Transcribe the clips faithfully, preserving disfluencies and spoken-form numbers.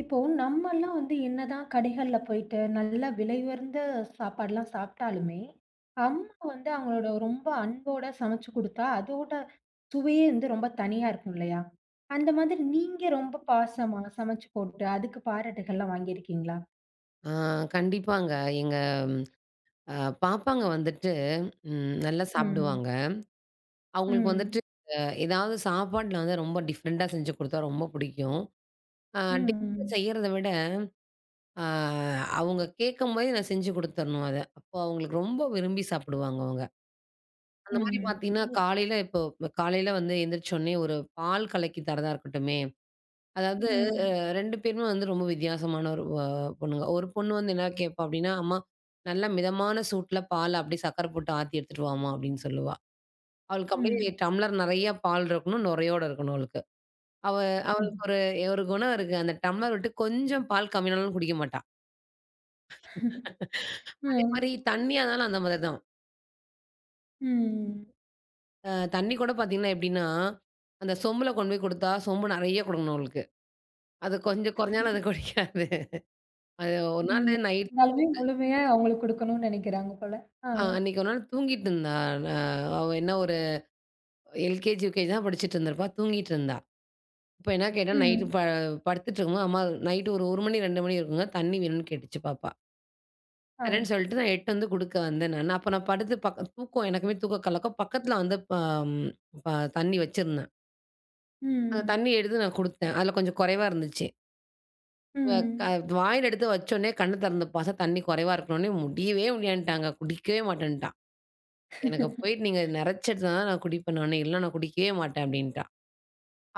இப்போ நம்மல்லாம் வந்து என்னதான் கடைகள்ல போயிட்டு நல்ல விலை உயர்ந்த சாப்பாடுலாம் சாப்பிட்டாலுமே, அம்மா வந்து அவங்களோட ரொம்ப அன்போட சமைச்சு குடுத்தா, அதோட சுவையே வந்து ரொம்ப தனியா இருக்கும் இல்லையா? அந்த மாதிரி நீங்க ரொம்ப பாசமா சமைச்சு போட்டு, அதுக்கு பாராட்டுகள்லாம் வாங்கியிருக்கீங்களா? ஆ கண்டிப்பாங்க. எங்க ம், அ பாப்பாங்க வந்துட்டு ம் நல்லா ம். சாப்பிடுவாங்க. அவங்களுக்கு ம். வந்துட்டு அ ஏதாவது சாப்பாட்ல வந்து ரொம்ப டிஃப்ரெண்ட்டா செஞ்சு குடுத்தா ரொம்ப பிடிக்கும். அ டிஃபன் ம். செய்யறத விட அ அவங்க கேட்கும்போதே நான் செஞ்சு குடுத்துரணும் அத. அப்போ அவங்களுக்கு ரொம்ப விரும்பி சாப்பிடுவாங்க அவங்க. ம். அந்த மாரி ம். பார்த்தீங்கன்னா, காலையில இப்போ காலையில வந்து எந்திரிச்ச உடனே ஒரு பால் கலக்கி தரதா இருக்கட்டுமே, அதாவது ரெண்டு பேருமே வந்து ரொம்ப வித்தியாசமான ஒரு அ பொண்ணுங்க. ஒரு பொண்ணு வந்து என்ன கேட்பா அப்டின்னா, "அம்மா நல்ல மிதமான சூட்ல பால் அப்டியே சர்க்கர போட்டு ஆத்தி எடுத்துட்டு வாம்மா" அப்டின்னு சொல்லுவா. அவளுக்கு அப்டியே ம். டம்ளர் நெறைய பால் இருக்கணும், நுரையோட இருக்கணும் அவளுக்கு. அவ அவளுக்கு ஒரு ஒரு குணம் இருக்கு. அந்த டம்ளர் விட்டு கொஞ்சம் பால் கம்மியானாலும் குடிக்க மாட்டா. ம். அதே ம். மாரி தண்ணியா இருந்தாலும் அந்த மாதிரி தான். ம். அ தண்ணி கூட பார்த்தீங்கன்னா எப்டின்னா, அந்த சொம்புல கொண்டு போய் குடுத்தா, சொம்பு நெறைய குடுக்கணும் அவளுக்கு. அது கொஞ்சம் கொறஞ்சாலும் அது குடிக்காது. அது ஒரு நாள் நைட் இருந்தாலுமே தூங்கி முழுமையா அவங்களுக்கு குடுக்கணும்னு நினைக்கிறாங்க போல. ஆ. அ அன்னைக்கு ஒரு நாள் தூங்கிட்டு இருந்தா. அ அவ என்ன ஒரு எல்கேஜி, யுகேஜி தான் படிச்சுட்டு இருந்திருப்பா. தூங்கிட்டு இருந்தா. இப்ப என்ன கேட்டா, நைட்டு ம். ப படுத்துட்டு இருக்கும்போது, அம்மா நைட்டு ஒரு 1 மணி, ரெண்டு மணி இருக்குங்க. தண்ணி வேணும்னு கேட்டுச்சு பாப்பா. ஆ. தரேன்னு சொல்லிட்டு நான் எட்டு வந்து குடுக்க வந்தேன் நானு. அப்ப நான் படுத்து பக்க தூக்கம் எனக்குமே தூக்க கலக்கம். பக்கத்துல வந்து ப ம் ப தண்ணி வச்சிருந்தேன். அந்த ம். தண்ணி எடுத்து நான் குடுத்தேன். அதுல கொஞ்சம் குறைவா இருந்துச்சு. இவ க ம். வாயில எடுத்து வச்சோனே கண்ணு திறந்து பார்த்தா தண்ணி குறைவா இருக்கனோனே முடியவே முடியான்ட்டாங்க. குடிக்கவே மாட்டேன்ட்டா. எனக்கு போயிட்டு நீங்க நெறச்சு எடுத்து தான் நான் குடிப்பேன் நானு. இல்ல நான் குடிக்கவே மாட்டேன் அப்டின்ட்டா.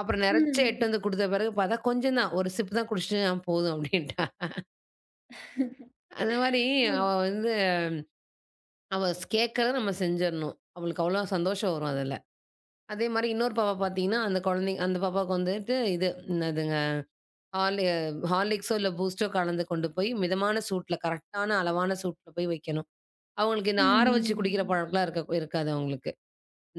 அப்புறம் நெறைச்சா எட்டு ம். வந்து குடுத்த பிறகு பார்த்தா, கொஞ்சம் தான். ஒரு சிப் தான் குடிச்சுட்டு "ஆ போதும்" அப்படின்ட்டா. அந்த மாரி ஒரு அவ வந்து அவ ஸ் கேட்கறத நம்ம செஞ்சிரணும். அவளுக்கு அவ்வளோ சந்தோஷம் வரும் அதுல. அதே மாரி இன்னொரு பாப்பா பார்த்தீங்கன்னா, அந்த குழந்தை அந்த பாப்பாவுக்கு வந்துட்டு இது என்னதுங்க ஹார்லி ஹார்லிக்ஸோ இல்ல பூஸ்ட்டோ கலந்து கொண்டு போய் மிதமான சூட்ல கரெக்டான அளவான சூட்ல போய் வைக்கணும். அவங்களுக்கு இந்த ஆற வச்சு குடிக்கிற ம். பழக்கம்லாம் இருக்க இருக்காது அவங்களுக்கு.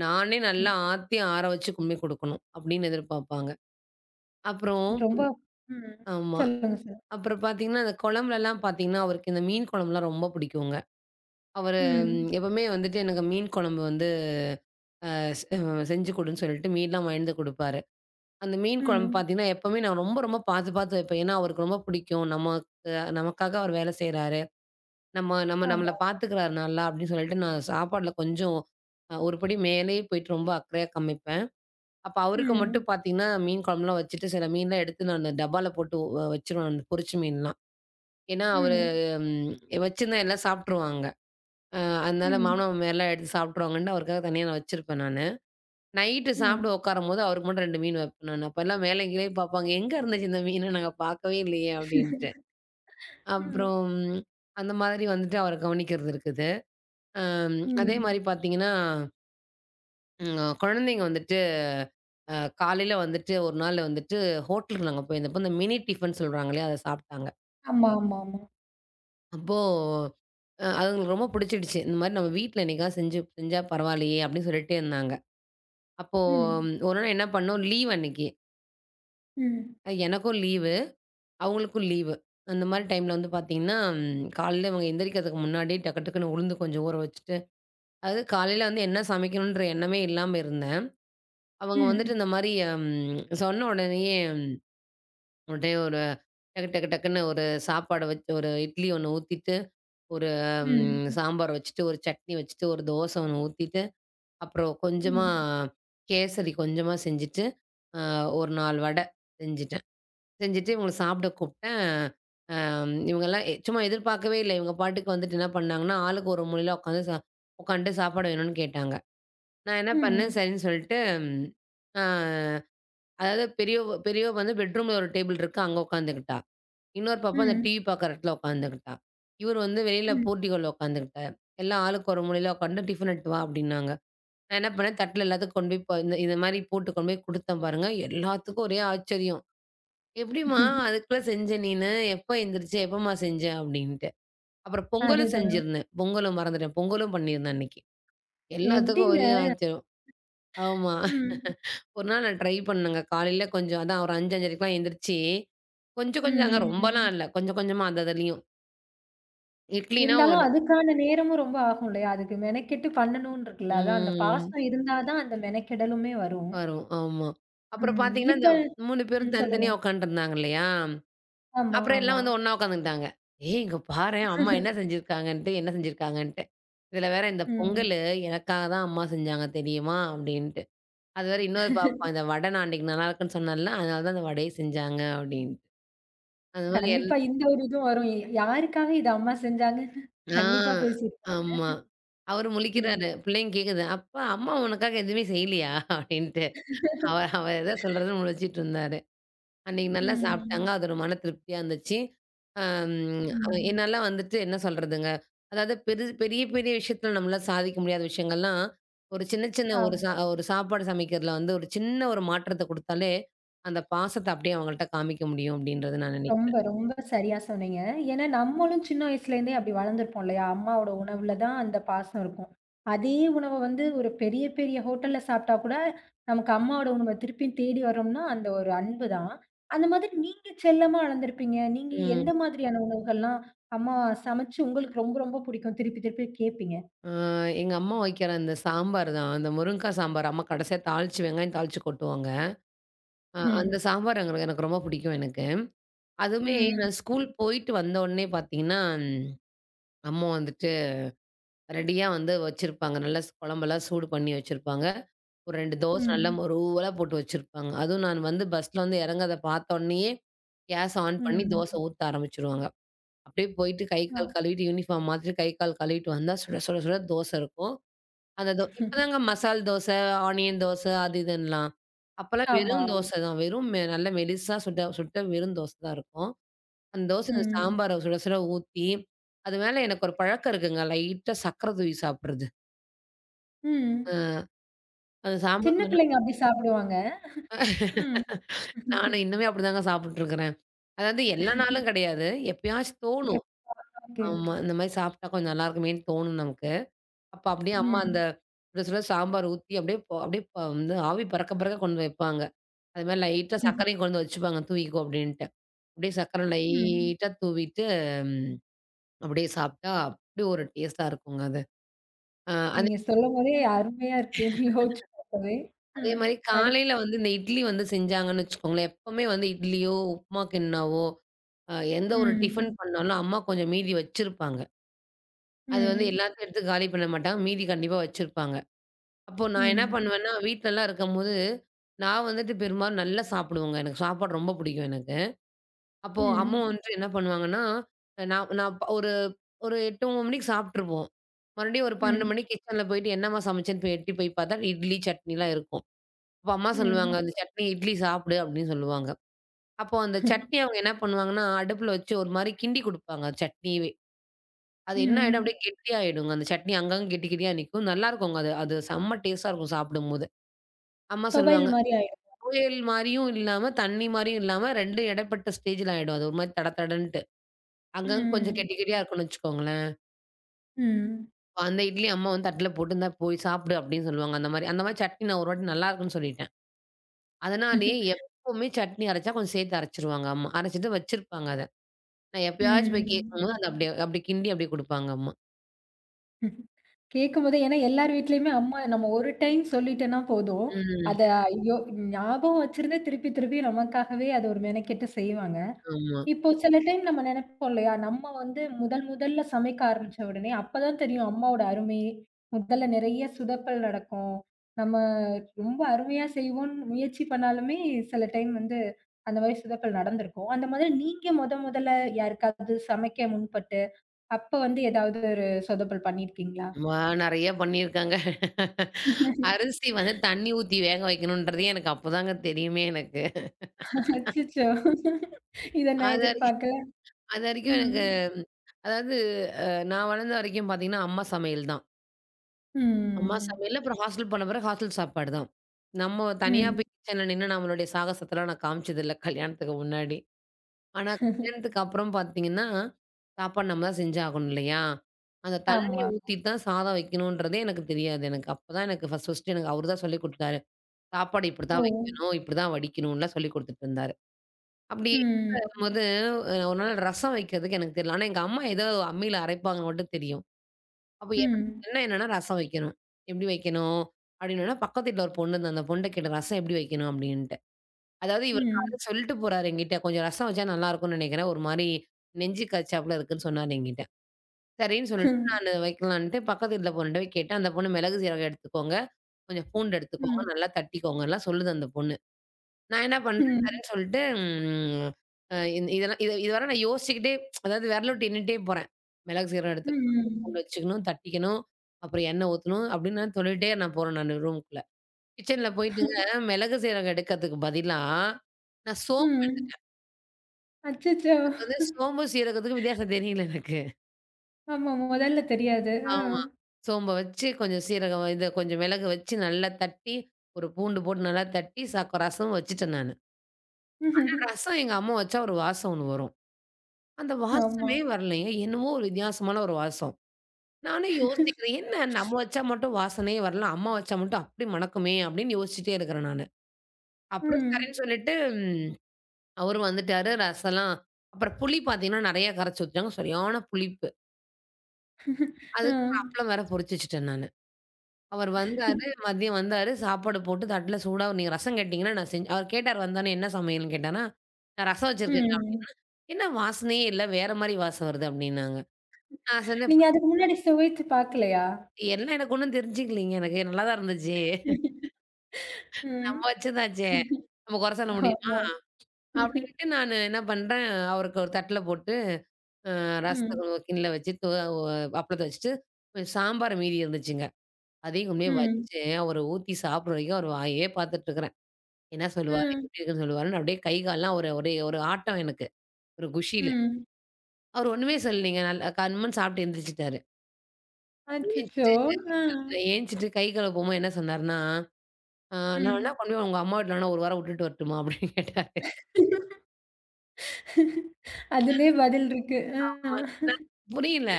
நானே நல்லா ஆத்தி ஆற வச்சு கும்மி குடுக்கணும் அப்படின்னு எதிர்பார்ப்பாங்க. அப்புறம் ரொம்ப ம். ஆமா. சொல்லுங்க சார். அப்புறம் பார்த்தீங்கன்னா, அந்த குழம்புலலாம் பார்த்தீங்கன்னா, அவருக்கு இந்த மீன் குழம்புலாம் ரொம்ப பிடிக்குங்க. அவரு ம். எப்பவுமே வந்துட்டு எனக்கு மீன் குழம்பு வந்து ஸ் அஹ் செஞ்சு குடுன்னு சொல்லிட்டு மீன்லாம் வாங்கிட்டு வந்து குடுப்பாரு. அந்த மீன் குழம்பு ம். பார்த்தீங்கன்னா, எப்பவுமே நான் ரொம்ப, ரொம்ப பார்த்து, பார்த்து வைப்பேன். ஏன்னா, அவருக்கு ரொம்ப பிடிக்கும். நமக்கு நமக்காக அவர் வேலை செய்றாரு. நம்ம நம்ம நம்மள ஆமா. பார்த்துக்கிறாரு நல்லா அப்படின்னு சொல்லிட்டு நான் சாப்பாடுல கொஞ்சம் அ ஒரு படி மேலேயே போயிட்டு ரொம்ப அக்கறையா காமிப்பேன். அப்ப அவருக்கு ம். மட்டும் பார்த்தீங்கன்னா, மீன் குழம்புலாம் வச்சுட்டு சில மீன்லாம் எடுத்து நான் டப்பால போட்டு வ வச்சுருவேன் அந்த பொரிச்ச மீன்லாம். ஏன்னா, அவரு ம். ம் வச்சிருந்தா எல்லாம் சாப்ட்டுருவாங்க. அ அதனால ம். மாமனார், மாமியார்லாம் எடுத்து சாப்ட்டுருவாங்கன்ட்டு அவருக்காக தனியா நான் வச்சிருப்பேன் நானு. நைட்டு சாப்பிட ம். உட்காரும்போது அவருக்கு மட்டும் ரெண்டு மீன் வைப்பேன் நானு. அப்பலாம் மேலே கீழயே பார்ப்பாங்க, "எங்க இருந்துச்சு இந்த மீனு? நாங்க பார்க்கவே இல்லையே!" அப்டின்ட்டு. ம். அப்புறம் அந்த மாதிரி வந்துட்டு அவர கவனிக்கிறது இருக்குது. அம் அதே மாரி ம். பார்த்தீங்கன்னா, ம் குழந்தைங்க வந்துட்டு அ காலையில வந்துட்டு ஒரு நாள் வந்துட்டு ஹோட்டலுக்கு நாங்க போயிருந்தப்போ, இந்த மினி டிஃபன் சொல்றாங்க இல்லையா? அத சாப்ட்டாங்க. ஆமா, ஆமா, ஆமா. அப்போ அ அது அவங்களுக்கு ரொம்ப பிடிச்சிடுச்சு. இந்த மாரி நம்ம வீட்ல என்னைக்காவது செஞ்சு செஞ்சா பரவாயில்லையே! அப்படின்னு சொல்லிட்டே இருந்தாங்க. அப்போ ம். ம், ஒரு நாள் என்ன பண்ணோம், லீவ் அன்னைக்கு. ம். அஹ் எனக்கும் லீவு, அவங்களுக்கும் லீவு. அந்த மாரி டைம்ல வந்து பார்த்தீங்கன்னா, காலையில இவங்க எந்திரிக்கிறதுக்கு முன்னாடி டக்கு டக்குன்னு உளுந்து கொஞ்சம் ஊற வச்சுட்டு, அதாவது காலையில வந்து என்ன சமைக்கணுன்ற எண்ணமே இல்லாம இருந்தேன். அவங்க வந்துட்டு ம். இந்த மாரி ம் சொன்ன உடனேயே ம், உடனே ஒரு டக்கு டக்கு டக்குன்னு ஒரு சாப்பாடு வச்சு ஒரு இட்லி ஒண்ணு ஊத்திட்டு, ஒரு ம் ம். சாம்பார் வச்சுட்டு, ஒரு சட்னி வச்சுட்டு, ஒரு தோசை ஒண்ணு ஊத்திட்டு அப்புறம் கொஞ்சமா ம். கேசரி கொஞ்சமா செஞ்சுட்டு, அ ஒரு நான்கு வடை செஞ்சுட்டேன். செஞ்சுட்டு இவங்கள சாப்பிட கூப்ட்டேன். அம் இவங்கலாம் எ சும்மா எதிர்பார்க்கவே இல்ல. இவங்க பாட்டுக்கு வந்துட்டு என்ன பண்ணாங்கன்னா, ஆளுக்கு ஒரு மூலையில உட்காந்து சா உட்காந்துட்டு சாப்பாடு வேணும்னு கேட்டாங்க. நான் என்ன பண்ணேன், ம். சரின்னு சொல்லிட்டு, அ அதாவது பெரியவ பெரியவ வந்து பெட்ரூம்ல ஒரு டேபிள் இருக்கு. அங்க உட்காந்துக்கிட்டா. இன்னொரு பாப்பா அந்த ம். டிவி பார்க்குற இடத்துல உட்காந்துக்கிட்டா. இவரு வந்து வெளியில ம். போர்டிகோல உட்காந்துக்கிட்டாரு. எல்லாம் ஆளுக்கு ஒரு மூலையில உட்காந்து "டிஃபன் எடுத்துட்டு வா" அப்டின்னாங்க. நான் என்ன பண்ணேன், தட்ல எல்லாத்துக்கும் கொண்டு போய் ப இந்த இந்த மாரி போட்டு கொண்டு போய் குடுத்தேன் பாருங்க. எல்லாத்துக்கும் ஒரே ஆச்சரியம். "எப்டிம்மா அதுக்குள்ள செஞ்ச நீனு? எப்ப எந்திரிச்ச? எப்பம்மா செஞ்ச?" அப்டின்ட்டு. அப்புறம் பொங்கலும் அதுதான். செஞ்சிருந்தேன். பொங்கலும் மறந்துட்டேன். பொங்கலும் பண்ணியிருந்தேன் அன்னைக்கு. எல்லாத்துக்கும் எப்படிங்க? ஒரே ஆச்சரியம். ஆமா. ம். ஒரு நாள் நான் ட்ரை பண்ணேங்க. காலையில கொஞ்சம் அதான் ஒரு அஞ்சு, 5:30க்குலாம் எந்திரிச்சு, கொஞ்சம் கொஞ்சம்ங்க ரொம்பலாம் ம். இல்ல. கொஞ்சம் கொஞ்சமா அந்த அதுலயும். இட்லினா ஒரு இருந்தாலும் அதுக்கான நேரமும் ரொம்ப ஆகும் இல்லையா? அதுக்கு மெனக்கெட்டு பண்ணணும்னு இருக்குல்ல. அதான் அந்த ம். பாசம் இருந்தா தான் அந்த மெனக்கெடலுமே வரும். வரும். ஆமா. அப்புறம் ம். பாத்தீங்கன்னா, இந்த இப்ப மூணு ம். பேரும் சொல்லுங்க. தனித்தனியா உட்காந்துருந்தாங்க இல்லையா? ஆமா, அப்புறம் எல்லாம் ஆமா. வந்து ஒண்ணா உட்காந்துக்கிட்டாங்க. "ஏய் இங்க பாரேன் அம்மா என்ன செஞ்சிருக்காங்கன்ட்டு, என்ன செஞ்சிருக்காங்கன்ட்டு. இதுல வேற இந்த ம். பொங்கலு எனக்காக தான் அம்மா செஞ்சாங்க தெரியுமா?" அப்டின்ட்டு. அது வேற இன்னொரு பாப்பா இந்த வடை நான் அன்னைக்கு நல்லா இருக்குன்னு சொன்னேன்ல, அதனால தான் அந்த வடைய செஞ்சாங்க அப்டின்ட்டு. அந்த மாரி எல் கண்டிப்பா இந்த ஒரு இதுவும் வரும். எ யாருக்காக இது அம்மா செஞ்சாங்கன்னு ஆ கண்டிப்பா பேசியிருப்போம். ஆமா. அவரு ம். முழிக்கிறாரு. பிள்ளைங்க கேக்குது, "அப்பா அம்மா உனக்காக எதுவுமே செய்யலையா?" அப்டின்ட்டு. அவ அவ ஏதோ சொல்றதுன்னு முழிச்சிட்டு இருந்தாரு. அன்னைக்கு நல்லா சாப்பிட்டாங்க. ம். அது ஒரு மன திருப்தியா இருந்துச்சு. அம் ம். என்னல்லாம் வந்துட்டு என்ன சொல்றதுங்க? அதாவது பெரு பெரிய, பெரிய விஷயத்துல நம்மளால சாதிக்க முடியாத விஷயங்கள்லாம், ஒரு சின்ன, சின்ன ஒரு சா ஆமா. ஒரு சாப்பாடு சமைக்கிறதுல வந்து ஒரு சின்ன ஒரு மாற்றத்த குடுத்தாலே, அந்த பாசத்த அப்படியே அவங்கள்ட்ட காமிக்க முடியும் அப்படின்றத நான் ரொம்ப, நினைக்கிறேன். ரொம்ப சரியா சொன்னீங்க. ஏன்னா நம்மளும் சின்ன வயசுலேருந்தே அப்படி வளர்ந்துருப்போம் இல்லையா? அம்மாவோட உணவுல தான் அந்த பாசம் இருக்கும். அதே உணவ வந்து ஒரு பெரிய, பெரிய ஹோட்டல்ல சாப்பிட்டா கூட, நமக்கு அம்மாவோட உணவ திருப்பியும் தேடி வர்றோம்னா, அந்த ஒரு அன்பு தான். அந்த மாதிரி நீங்க செல்லமா வளர்ந்துருப்பீங்க. நீங்க ம். எந்த மாதிரியான உணவுகள்லாம் அம்மா சமைச்சு உங்களுக்கு ரொம்ப, ரொம்ப புடிக்கும்? திருப்பி, திருப்பி கேட்பீங்க? அ எங்க அம்மா வைக்கிற அந்த சாம்பார் தான். அந்த முருங்கா சாம்பார் அம்மா கடைசியா தாளிச்சு வெங்காயம் தாளிச்சு கொட்டுவாங்க. அ அந்த ம். சாம்பார் எங்களுக்கு எனக்கு ரொம்ப பிடிக்கும் எனக்கு. அதுவுமே ம். நான் ஸ்கூல் போயிட்டு வந்த உடனே பார்த்தீங்கன்னா, அம்மா வந்துட்டு ரெடியா வந்து வச்சிருப்பாங்க. நல்லா ஸ் குழம்பெல்லாம் சூடு பண்ணி வச்சிருப்பாங்க. ஒரு ரெண்டு தோசை நல்லா ம். மொருவலா போட்டு வச்சிருப்பாங்க. அதுவும் நான் வந்து பஸ்ல வந்து இறங்கறத பார்த்தோன்னயே, கேஸ் ஆன் பண்ணி ம். தோசை ஊத்த ஆரம்பிச்சுருவாங்க. அப்படியே போயிட்டு கை, ஆ. கால் கழுவிட்டு யூனிஃபார்ம் மாத்திட்டு கை, கால் கழுவிட்டு வந்தா சுட சுட சுட தோசை இருக்கும். அந்த தோ இப்பதாங்க மசால் தோசை, ஆனியன் தோசை அது இதுன்னுலாம். அப்பலாம் ஆமா. வெறும் தோசை தான். வெறும் மெ நல்ல மெலிசா சுட்ட சுட்ட வெறும் தோசை தான் இருக்கும். அந்த தோசை இந்த ம். சாம்பார சுட சுட ஊத்தி, அது மேல எனக்கு ஒரு பழக்கம் இருக்குங்க. லைட்டா சர்க்கரை தூவி சாப்பிடுறது. ம். அந்த சாம்பார் சின்ன மாதிரி பிள்ளைங்க அப்படி சாப்பிடுவாங்க. ம். நானும் இன்னுமே அப்படிதாங்க சாப்பிட்டுருக்கிறேன். அதாவது எல்லா நாளும் கிடையாது. எப்பயாச்சும் தோணும். ஓகே, ஆமா. ஓகே. இந்த மாதிரி சாப்பிட்டா கொஞ்சம் நல்லாயிருக்குமேன்னு தோணும் நமக்கு. அப்ப அப்படியே அம்மா அந்த ம். சுட சுட சாம்பார் ஊத்தி அப்படியே ப அப்படியே ப வந்து ஆவி பறக்க பறக்க கொண்டு வைப்பாங்க. அது மாதிரி லைட்டா சர்க்கரையும் கொண்டு வந்து வச்சுப்பாங்க தூவிக்கோ அப்படின்ட்டு. அப்படியே சர்க்கரை ம். லைட்டா தூவிட்டு ம் அப்படியே சாப்பிட்டா அப்படி ஒரு டேஸ்ட்டா இருக்குங்க அது. அ அது நீங்க சொல்லும்போதே அருமையா இருக்குன்னு யோசிச்சு பார்க்கவே. அதே ம். மாதிரி அடுத் காலையில வந்து இந்த இட்லி வந்து செஞ்சாங்கன்னு வச்சுக்கோங்களேன். எப்பவுமே வந்து இட்லியோ, உப்புமா கிண்ணாவோ அ எந்த ஒரு டிஃபன் ம். பண்ணாலும் அம்மா கொஞ்சம் மீதி வச்சிருப்பாங்க. அது வந்து ம். எல்லாத்தையும் எடுத்து காலி பண்ண மாட்டாங்க. மீதி கண்டிப்பா வச்சிருப்பாங்க. அப்போ நான் என்ன ம். பண்ணுவேன்னா, வீட்லலாம் இருக்கும்போது, நான் வந்துட்டு பெரும்பாலும் நல்லா சாப்பிடுவேங்க. எனக்கு சாப்பாடு ரொம்ப பிடிக்கும் எனக்கு. அப்போ அம்மா ம். வந்துட்டு என்ன பண்ணுவாங்கன்னா, நான் நான் ப- ஒரு ஒரு எட்டு, ஒன்பது மணிக்கு சாப்பிட்டுருப்போம். மறுபடியும் ஒரு பன்னிரண்டு ம். மணிக்கு கிச்சன்ல போயிட்டு என்னம்மா சமைச்சேன்னு போய் எட்டி போய் பார்த்தா, இட்லி, சட்னிலாம் இருக்கும். அப்போ அம்மா சொல்லுவாங்க, ம். "அந்த சட்னி, இட்லி சாப்பிடு" அப்படின்னு சொல்லுவாங்க. அப்போ அந்த சட்னி அவங்க என்ன பண்ணுவாங்கன்னா, அடுப்புல வச்சு ஒரு மாரி கிண்டி குடுப்பாங்க சட்னியவே. அது என்ன ஆயிடும் ம். அப்படியே கெட்டியாயிடுங்க. அந்த சட்னி அங்கங்க கெட்டி கெட்டியா நிக்கும். நல்லாருக்குங்க அது. அது செம்ம டேஸ்ட்டா இருக்கும் சாப்பிடும்போது. அம்மா தொவையல் சொல்லுவாங்க, மாரி ஆயிடும். "துவையல் மாரியும் இல்லாம, தண்ணி மாரியும் இல்லாம 2ம் இடைப்பட்ட ஸ்டேஜ்ல ஆயிடும். அது ஒரு மாரி தட தடன்ட்டு. அங்கங்க கொஞ்சம் ம். கெட்டி கெட்டியா இருக்கும்னு வச்சுக்கோங்களேன்." ம். அந்த இட்லி அம்மா வந்து தட்டுல போட்டு, "இந்தா போய் சாப்பிடு" அப்படின்னு சொல்லுவாங்க. அந்த மாரி அந்த மாரி சட்னி நான் ஒரு வாட்டி நல்லாருக்குன்னு சொல்லிட்டேன். அதனாலேயே எப்பவுமே சட்னி அரைச்சா கொஞ்சம் சேர்த்து அரைச்சுருவாங்க அம்மா. அரைச்சுட்டு வச்சிருப்பாங்க அத. நான் எப்பயாச்சும் போய் ம். கேட்கும்போது அத அப்படியே அப்படி கிண்டி அப்படியே குடுப்பாங்க அம்மா. கேட்கும்போதே ஏன்னா எல்லார் வீட்லயுமே அம்மா நம்ம ஒரு டைம் சொல்லிட்டோன்னா போதும். ம். அத ஐயோ! ஞாபகம் வச்சிருந்தே திருப்பி திருப்பி நமக்காகவே அத ஒரு மெனக்கெட்டு செய்வாங்க. ஆமா. இப்போ சில டைம் நம்ம நெனைப்போம் இல்லையா? நம்ம வந்து முதல் முதல்ல சமைக்க ஆரம்பிச்ச உடனே, அப்பதான் தெரியும் அம்மாவோட அருமை. முதல்ல நெறைய சுதப்பல் நடக்கும். நம்ம ரொம்ப அருமையா செய்வோம்ன்னு முயற்சி பண்ணாலுமே, சில டைம் வந்து அந்த மாரி சுதப்பல் நடந்திருக்கும். அந்த மாதிரி நீங்க மொத மொதல்ல யாருக்காவது சமைக்க முன்பட்டு, அப்ப வந்து ஏதாவது ஒரு சொதப்பல் பண்ணியிருக்கீங்களா? வா நெறைய பண்ணியிருக்காங்க. அரிசி வந்து தண்ணி ஊத்தி வேக வைக்கணும்ன்றதே எனக்கு அப்பதாங்க தெரியுமே எனக்கு. அச்சச்சோ! இத நான் அது வரைக்கும் எதிர்பார்க்கல. அது வரைக்கும் எனக்கு ம். அதாவது அ நான் வளர்ந்த வரைக்கும் பார்த்தீங்கன்னா, அம்மா சமையல் தான். அம்மா ம். சமையல் அப்புறம் ஹாஸ்டல் போன பிறகு ஹாஸ்டல் சாப்பாடு தான். நம்ம தனியா ம். போய் கிச்சன்ல நின்னு நம்மளுடைய சாகசத்தெல்லாம் நான் காமிச்சதில்ல கல்யாணத்துக்கு முன்னாடி. ஆனா கல்யாணத்துக்கு அப்புறம் பார்த்தீங்கன்னா, சாப்பாடு நம்ம தான் செஞ்சாகணும் இல்லையா? அந்த தண்ணி ஆமா. ஊத்தி தான் சாதம் வைக்கணும்ன்றதே எனக்கு தெரியாது எனக்கு. அப்பதான் எனக்கு ஃபர்ஸ்ட் ஃபர்ஸ்ட்டு எனக்கு அவரு தான் சொல்லிக் குடுத்தாரு. சாப்பாடு ஓ! இப்படிதான் வைக்கணும், இப்படிதான் வடிக்கணும்லாம் சொல்லிக் குடுத்துட்டு இருந்தாரு. அப்படி ம். இருக்கும்போது, அ ஒரு நாள் ரசம் வைக்கிறதுக்கு எனக்கு தெரியல. ஆனா எங்க அம்மா ஏதோ அம்மியில அரைப்பாங்கன்னு மட்டும் தெரியும். அப்ப எனக்கு ம். என்ன என்னன்னா ரசம் வைக்கணும். எப்படி வைக்கணும்? அப்படின்னோன பக்கத்து வீட்ல ஒரு பொண்ணு இருந்த அந்த பொண்ணுட்ட கேட்டேன். ரசம் எப்படி வைக்கணும்? அப்படின்ட்டு. அதாவது இவர் ம். காலைல சொல்லிட்டு போறாரு என்கிட்ட. கொஞ்சம் ரசம் வச்சா நல்லா இருக்கும்னு நெனைக்கிறேன். ஒரு மாரி நெஞ்சு கச்சாப்புல இருக்குன்னு சொன்னாரு என்கிட்ட. சரின்னு சொல்லிட்டு ம். நானு வைக்கலான்ட்டு பக்கத்து வீட்ல பொண்ணுட்ட போய் கேட்டேன். அந்த பொண்ணு மிளகு, சீரகம் எடுத்துக்கோங்க. கொஞ்சம் பூண்டு எடுத்துக்கோங்க. ம். நல்லா தட்டிக்கோங்க எல்லாம் சொல்லுது அந்த பொண்ணு. நான் என்ன பண்றேன், ம். சரின்னு சொல்லிட்டு ம் அ இந் இதெல்லாம் இத இதுவர நான் யோசிச்சுக்கிட்டே அதாவது விரல விட்டு எண்ணிட்டே போறேன். மிளகு, சீரகம் எடுத்துக்கணும், ம். பூண்டு வச்சுக்கணும், தட்டிக்கணும், அப்புறம் எண்ணெய் ஊத்தணும் அப்படின்னு நான் சொல்லிட்டே நான் போறேன் நானு ரூமுக்குள்ள. கிச்சன்ல போயிட்டுங்க மிளகு, சீரகம் எடுக்கிறதுக்கு பதிலா, நான் சோம்பு ம். அச்சச்சோ! வந்து சோம்பு, சீரகத்துக்கும் வித்தியாசம் தெரியல எனக்கு. ஆமா. முதல்ல தெரியாது. ஆ. ஆமா. சோம்ப வச்சு கொஞ்சம் சீரகம் இத கொஞ்சம் மிளகு வச்சு நல்லா தட்டி, ஒரு பூண்டு போட்டு நல்லா தட்டி ச ரசம் வச்சுட்டேன் நானு. ரசம் எங்க அம்மா வச்சா ஒரு வாசம் ஒண்ணு வரும். அந்த ஆமா. வாசமே வரலைங்க. என்னமோ ஒரு வித்தியாசமான ஒரு வாசம். நானே யோசிக்கிறேன். என்ன நம்ம வச்சா மட்டும் வாசனையே வரல. அம்மா வச்சா மட்டும் அப்படி மணக்குமே! அப்படின்னு யோசிச்சுட்டே இருக்கிறேன் நானு. அப்புறம் ம். சரின்னு சொல்லிட்டு ம் அவரு வந்துட்டாரு. ரசம்லாம் அப்புறம் புளி பார்த்தீங்கன்னா, நெறைய கரைச்சு ஊத்திட்டாங்க. சரியான புளிப்பு. அதுக்கு ஒரு ஆ. அப்பளம் வேற பொரிச்சு வச்சுட்டேன் நானு. அவர் வந்தாரு, மதியம் வந்தாரு. சாப்பாடு போட்டு தட்டுல சூடா நீங்க ரசம் கேட்டீங்கன்னா, நான் செஞ்சு அவர் கேட்டாரு வந்தோனே என்ன சமையல்ன்னு கேட்டானா, நான் ரசம் வச்சிருக்கேங்க ம். அப்படின்னா, என்ன வாசனையே இல்ல. வேற மாரி வாசம் வருது அப்படின்னாங்க. நான் சொன்னேன் நீங்க அதுக்கு முன்னாடி சுவைச்சு பார்க்கலையா? எல்லாம் எனக்கு ஒண்ணும் தெரிஞ்சுக்கலீங்க. எனக்கு நல்லா தான் இருந்துச்சு. நம்ம ம். வச்சதாச்சே! நம்ம குறை சொல்ல முடியுமா? ஆமா. அப்டின்ட்டு நானு என்ன பண்றேன், அவருக்கு ஒரு தட்ல போட்டு, அ ம். ரசத்த கிண்ணல வச்சு, தோ ஒ அப்பளத்த வச்சுட்டு, கொஞ்சம் சாம்பார் மீதி இருந்துச்சுங்க. அதையும் கொண்டுபோய் ம். வச்சு, அவரு ஊத்தி சாப்பிடுற வரைக்கும் அவர் வாயே பார்த்துட்டு இருக்கிறேன். என்ன சொல்லுவாரு? ம். எப்டி இருக்குன்னு சொல்லுவாருன்னு அப்டியே கை கால்லாம் ஒரு ஒரே ஒரு ஆட்டம் எனக்கு. ஒரு குஷியில. ம். அவரு ஒண்ணுமே சொல்லலீங்க. நல்லா கம்முன்னு சாப்பிட்டு எந்திரிச்சுட்டாரு. அச்சச்சோ! ஆ. எந்திரிச்சுட்டு, எந்திரிச்சுட்டு கை கழுவ போம்போது என்ன சொன்னாருன்னா ஆ நான் வேணா ம். கொண்டு போய் உங்க அம்மா வீட்ல வேணா ஒரு வாரம் விட்டுட்டு வரட்டுமா? அப்படின்னு கேட்டாரு. அதுலயே பதில் இருக்கு. ஆ. புரியல.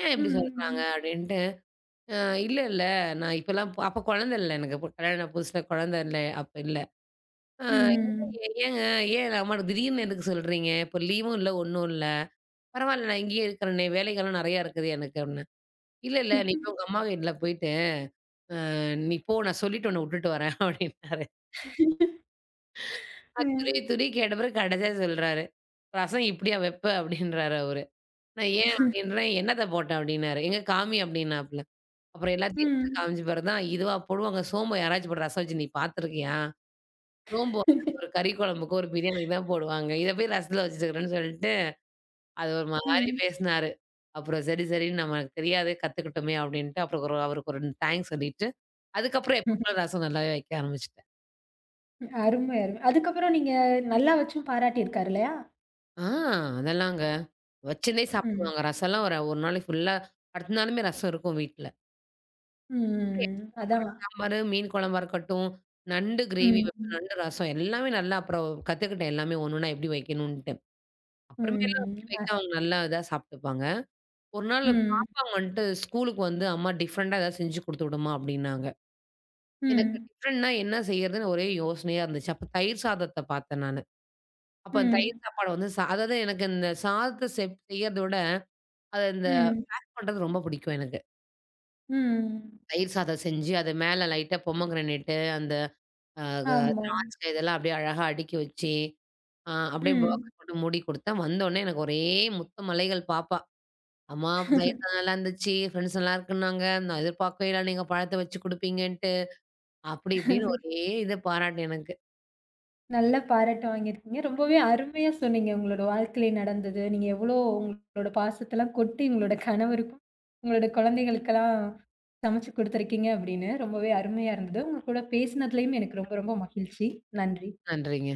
ஏன் இப்படி சொல்றாங்க? ம். அப்படின்ட்டு. அ இல்ல, இல்ல. நான் இப்பலாம் ப அப்ப குழந்த இல்ல எனக்கு. அப்ப கல்யாண புதுசுல குழந்த இல்ல. அப்ப இல்ல. ஆ ம். ஏங்க ஏன் நான் அம்மா திடீர்னு எதுக்கு சொல்றீங்க? இப்ப லீவும் இல்ல, ஒண்ணும் இல்ல. பரவாயில்ல நான் இங்கேயே இருக்கிறேனே. வேலைகள்லாம் நெறையா இருக்குது எனக்கு அப்படின்னேன். இல்ல, இல்ல. நீ போய் உங்க அம்மா வீட்ல போயிட்டு நீ போ நான் சொல்லிட்டு உன்ன விட்டுட்டு வரேன் அப்படின்னாரு. நான் ம். துருவி துருவி கேட்ட பிறகு கடைசியா சொல்றாரு. ரசம் இப்படியா வைப்ப? அப்படின்றாரு அவரு. நான் ஏன் அப்படின்றேன், "என்னத்த போட்ட?" அப்படின்னாரு. "எங்க காமி" அப்படின்னாப்புல. அப்புறம் எல்லாத்தையும் எடுத்து ம். காமிச்ச பிறகு தான், இதுவா போடுவாங்க சோம்பு யாராச்சும் போட்டு ரசம் வச்சு நீ பார்த்துருக்கியா? சோம்பு வந்து ஒரு கறி குழம்புக்கு, ஒரு பிரியாணிக்கு தான் போடுவாங்க. இத போய் ரசத்துல வச்சுருக்கிறேன்னு சொல்லிட்டு, அது ஒரு மாரி பேசினாரு. அப்புறம் சரி, சரின்னு நமக்கு தெரியாது கத்துக்கிட்டோமே அப்படின்ட்டு, அப்புறம் ஒரு அவருக்கு ஒரு தேங்க்ஸ் சொல்லிட்டு, அதுக்கப்புறம் எப்ப ம். போல ரசம் நல்லாவே வைக்க ஆரம்பிச்சுட்டேன். அருமை, அருமை. அதுக்கப்புறம் நீங்க நல்லா வச்சும் பாராட்டியிருக்காரு இல்லையா? ஆ அதெல்லாங்க. வச்சுருந்தே ம். சாப்பிடுவாங்க. ரசம்லாம் ஒரு ஒரு நாளைக்கு ஃபுல்லா அடுத்த நாளுமே ரசம் இருக்கும் வீட்ல. ம். சாப்பாடு, அதான். சாம்பாரு, மீன் குழம்பா இருக்கட்டும், நண்டு கிரேவி வைப்பேன், ம். நண்டு ரசம் எல்லாமே நல்லா அப்புறம் கத்துக்கிட்டேன் எல்லாமே ஒன்னொன்னா எப்படி வைக்கணுன்ட்டு. அப்புறமேலாம் ம். வைக்க அ. வைக்க அவங்க நல்லா இதா சாப்ட்டுப்பாங்க. ஒரு நாள் ம். பாப்பா வந்துட்டு ஸ்கூலுக்கு வந்து அம்மா டிஃபரண்டா ஏதாவது செஞ்சு குடுத்துவிடுமா அப்டின்னாங்க. எனக்கு ம். டிஃபரண்ட்னா என்ன செய்யறதுன்னு ஒரே யோசனையா இருந்துச்சு. அப்ப தயிர் சாதத்த பார்த்தேன் நானு. அப்ப அந்த ம். தயிர் சாப்பாடு வந்து சா அதாவது எனக்கு இந்த சாதத்த செப் செய்யறத விட அத இந்த ம். பண்றது ரொம்ப பிடிக்கும் எனக்கு. ம். தயிர் சாதம் செஞ்சு அது மேல லைட்டா பொமோகிரானேட்டு அந்த அ க ஆமா. திராட்சை இதெல்லாம் அப்படியே அழகா அடுக்கி வச்சு, அ அப்படியே ம். பாக்ஸ் போட்டு மூடி குடுத்தேன். வந்தோனே எனக்கு ஒரே முத்த மலைகள் பாப்பா. "அம்மா சைடில நல்லா இருந்துச்சு. ஃப்ரெண்ட்ஸ் நல்லா இருக்குன்னாங்க. நான் எதிர்பார்க்கவே இல்ல நீங்க பழத்த வச்சு குடுப்பீங்கன்ட்டு." அப்படி இப்படின்னு ஒரே இத பாராட்டு எனக்கு. நல்ல பாராட்டு வாங்கியிருக்கீங்க. ரொம்பவே அருமையா சொன்னீங்க. உங்களோட வாழ்க்கையில நடந்தது. நீங்க எவ்வளோ உங்களோட பாசத்தலாம் கொட்டி உங்களோட கணவருக்கும், உங்களோட குழந்தைகளுக்கெல்லாம் சமைச்சு குடுத்துருக்கீங்க அப்படின்னு ரொம்பவே அருமையா இருந்தது. உங்க கூட பேசினதுலயும் எனக்கு ரொம்ப ரொம்ப மகிழ்ச்சி. நன்றி. நன்றிங்க.